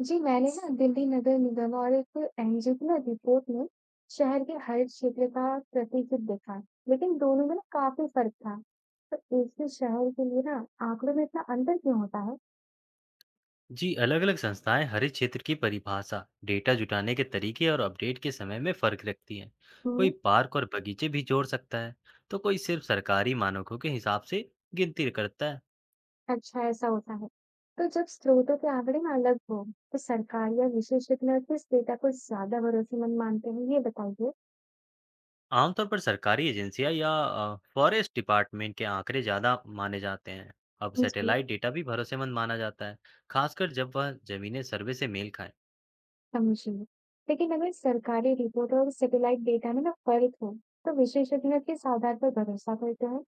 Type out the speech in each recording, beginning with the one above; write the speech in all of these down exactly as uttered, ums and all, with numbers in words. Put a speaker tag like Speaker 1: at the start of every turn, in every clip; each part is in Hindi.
Speaker 1: जी, मैंने ना दिल्ली नगर निगम और एक एनजीओ की ना रिपोर्ट में शहर के हर क्षेत्र का प्रतिशत देखा, लेकिन दोनों में ना काफी फर्क था। तो एक ही शहर के लिए ना आंकड़ों में इतना अंतर क्यों होता है?
Speaker 2: जी अलग-अलग संस्थाएं हरे क्षेत्र की परिभाषा, डेटा जुटाने के तरीके और अपडेट के समय में फर्क रखती हैं। कोई
Speaker 1: हम्म।
Speaker 2: पार्क और बगीचे भी जोड़ सकता है, तो कोई सिर्फ सरकारी मानकों के हिसाब से गिनती करता है।
Speaker 1: अच्छा, ऐसा होता है। तो जब स्रोतों के आंकड़े ना अलग हो, तो सरकार या विशेषज्ञ किस डेटा को ज्यादा भरोसेमंद मानते हैं, ये बताइए।
Speaker 2: आमतौर पर सरकारी एजेंसियां या फॉरेस्ट डिपार्टमेंट के आंकड़े ज्यादा माने जाते हैं। अब
Speaker 1: जी,
Speaker 2: सैटेलाइट डेटा भी भरोसेमंद माना जाता है, खासकर जब वह जमीनी सर्वे से मेल खाए।
Speaker 1: समझिए। लेकिन अगर सरकारी रिपोर्ट और सैटेलाइट डेटा में ना फर्क हो, तो विशेषज्ञ किस आधार पर भरोसा करते हैं?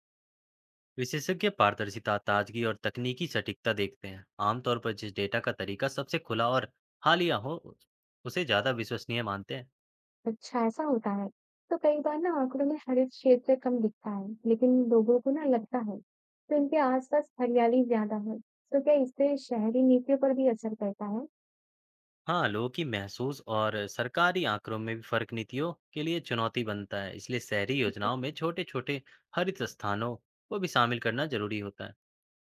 Speaker 2: विशेषज्ञ पारदर्शिता, ताजगी और तकनीकी सटीकता देखते हैं। आमतौर पर जिस डेटा का तरीका सबसे खुला और हालिया हो उस- उसे ज्यादा विश्वसनीय मानते हैं।
Speaker 1: अच्छा, ऐसा होता है। तो कई बार ना आंकड़ों में हरित क्षेत्र कम दिखता है, लेकिन लोगों को ना लगता है, तो इनके आसपास हरियाली ज्यादा है। तो क्या इससे शहरी नीतियों पर भी असर पड़ता है?
Speaker 2: हाँ, लोगों की महसूस और सरकारी आंकड़ों में भी फर्क नीतियों के लिए चुनौती बनता है। इसलिए शहरी योजनाओं में छोटे छोटे हरित स्थानों को भी शामिल करना जरूरी होता है।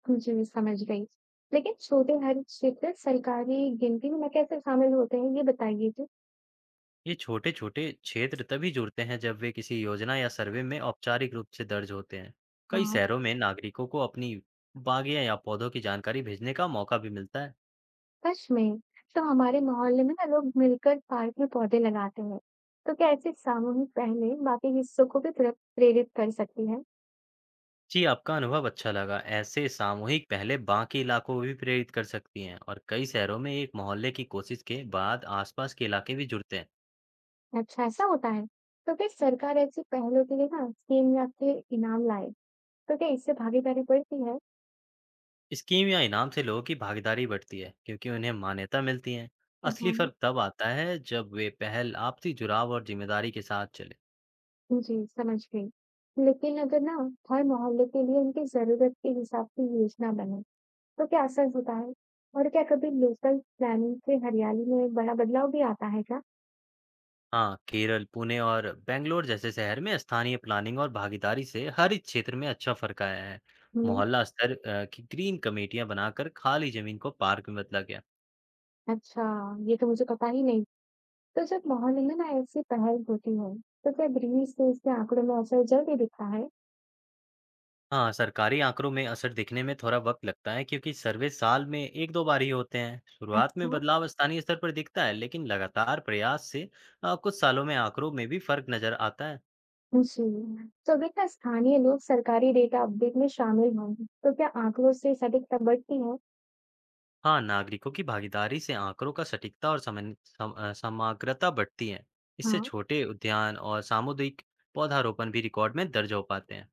Speaker 1: जी, जी, समझ गई। लेकिन छोटे हरित क्षेत्र सरकारी गिनती में ना कैसे शामिल होते हैं, ये बताइए तो।
Speaker 2: ये छोटे छोटे क्षेत्र तभी जुड़ते हैं जब वे किसी योजना या सर्वे में औपचारिक रूप से दर्ज होते हैं। कई
Speaker 1: हाँ,
Speaker 2: शहरों में नागरिकों को अपनी बागें या पौधों की जानकारी भेजने का मौका भी मिलता है।
Speaker 1: सच में, तो हमारे मोहल्ले में ना लोग मिलकर पार्क में पौधे लगाते हैं। तो क्या ऐसी सामूहिक पहलें बाकी हिस्सों को भी प्र- प्रेरित कर सकती है?
Speaker 2: जी, आपका अनुभव अच्छा लगा। ऐसे सामूहिक पहलें बाकी इलाकों को भी प्रेरित कर सकती हैं और कई शहरों में एक मोहल्ले की कोशिश के बाद आसपास के इलाके भी जुड़ते हैं।
Speaker 1: अच्छा, ऐसा होता है। तो क्या सरकार ऐसी पहलों के लिए ना स्कीम या फिर इनाम लाए, तो क्या इससे भागीदारी बढ़ती है?
Speaker 2: स्कीम या इनाम से लोगों की भागीदारी बढ़ती है क्योंकि उन्हें मान्यता मिलती है। असली
Speaker 1: हाँ,
Speaker 2: फर्क तब आता है जब वे पहल आपसी जुड़ाव और जिम्मेदारी के साथ चले।
Speaker 1: जी समझ गई। लेकिन अगर ना हर मोहल्ले के लिए उनकी जरूरत के हिसाब से योजना बने, तो क्या असर होता है? और क्या कभी लोकल प्लानिंग से हरियाली में बड़ा बदलाव भी आता है क्या?
Speaker 2: हाँ, केरल, पुणे और बेंगलोर जैसे शहर में स्थानीय प्लानिंग और भागीदारी से हर एक क्षेत्र में अच्छा फर्क आया है।
Speaker 1: हम्म।
Speaker 2: मोहल्ला स्तर अ, की ग्रीन कमेटियां बनाकर खाली जमीन को पार्क में बदला गया।
Speaker 1: अच्छा, ये तो मुझे पता ही नहीं। तो जब मोहल्ले में ना ऐसी पहल होती है, तो क्या ग्रीन स्पेस के आंकड़ों में असर जल्दी दिखता है?
Speaker 2: हाँ, सरकारी आंकड़ों में असर दिखने में थोड़ा वक्त लगता है क्योंकि सर्वे साल में एक दो बार ही होते हैं। शुरुआत में
Speaker 1: अच्छा।
Speaker 2: बदलाव स्थानीय स्तर पर दिखता है, लेकिन लगातार प्रयास से अ, कुछ सालों में आंकड़ों में भी फर्क नजर आता है।
Speaker 1: जी, तो अगर ना स्थानीय लोग सरकारी डेटा अपडेट में शामिल हों, तो क्या आंकड़ों से सटीकता बढ़ती है?
Speaker 2: हाँ, नागरिकों की भागीदारी से आंकड़ों का सटीकता और समन- सम, अ, समग्रता बढ़ती है। इससे
Speaker 1: हाँ,
Speaker 2: छोटे उद्यान और सामुदायिक पौधारोपण भी रिकॉर्ड में दर्ज हो पाते हैं।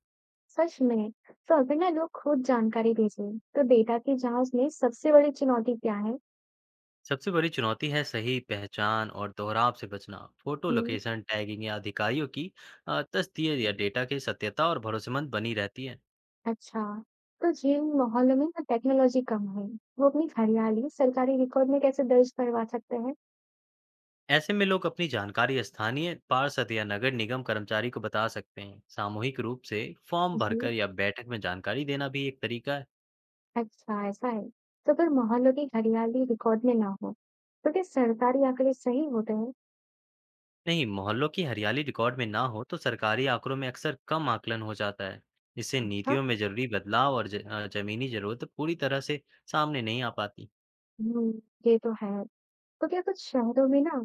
Speaker 1: सच में। तो अगर ना लोग खुद जानकारी भेजें, तो डेटा की जांच में सबसे बड़ी चुनौती क्या है?
Speaker 2: सबसे बड़ी चुनौती है सही पहचान और दोहराव से बचना। फोटो,
Speaker 1: हम्म।
Speaker 2: लोकेशन, टैगिंग या अधिकारियों की अ, तस्दीर या डेटा की सत्यता और भरोसेमंद बनी रहती है।
Speaker 1: अच्छा, तो जिन मोहल्लों में ना टेक्नोलॉजी कम है, वो अपनी हरियाली सरकारी रिकॉर्ड में कैसे दर्ज करवा सकते हैं?
Speaker 2: ऐसे में लोग अपनी जानकारी स्थानीय पार्षद या नगर निगम कर्मचारी को बता सकते हैं। सामूहिक रूप से फॉर्म भरकर
Speaker 1: जी,
Speaker 2: या बैठक में जानकारी देना भी एक तरीका है।
Speaker 1: अच्छा, ऐसा है। तो अगर मोहल्लों की हरियाली रिकॉर्ड में ना हो, तो क्या सरकारी आंकड़े सही होते हैं?
Speaker 2: नहीं, मोहल्लों की हरियाली रिकॉर्ड में ना हो तो सरकारी आंकड़ों में अक्सर कम आकलन हो जाता है। इससे
Speaker 1: हाँ,
Speaker 2: नीतियों में जरूरी बदलाव और ज, अ, जमीनी जरूरत पूरी तरह से सामने नहीं आ पाती।
Speaker 1: हम्म, ये तो है। तो क्या कुछ शहरों में ना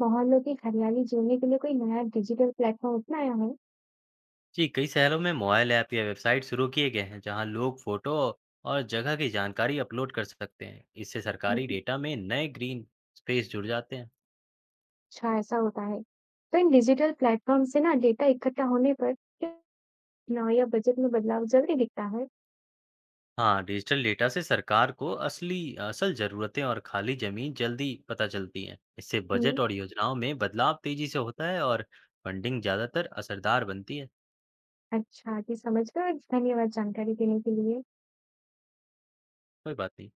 Speaker 1: मोहल्लों की हरियाली जोड़ने के लिए कोई नया डिजिटल प्लेटफॉर्म अपनाया है?
Speaker 2: जी, कई शहरों में मोबाइल ऐप या वेबसाइट शुरू किए गए हैं, जहां लोग फोटो और जगह की जानकारी अपलोड कर सकते हैं। इससे सरकारी
Speaker 1: हुँ।
Speaker 2: डेटा में नए ग्रीन स्पेस जुड़ जाते हैं।
Speaker 1: अच्छा, ऐसा होता है। तो इन डिजिटल प्लेटफॉर्म से ना डेटा इकट्ठा होने पर क्या चुनाव या बजट में बदलाव जल्दी दिखता है?
Speaker 2: हाँ, डिजिटल डेटा से सरकार को असली असल जरूरतें और खाली जमीन जल्दी पता चलती है। इससे
Speaker 1: हुँ।
Speaker 2: बजट और योजनाओं में बदलाव तेजी से होता है और फंडिंग ज्यादातर असरदार बनती है।
Speaker 1: अच्छा जी, समझ गए, और धन्यवाद जानकारी देने के लिए।
Speaker 2: कोई बात नहीं।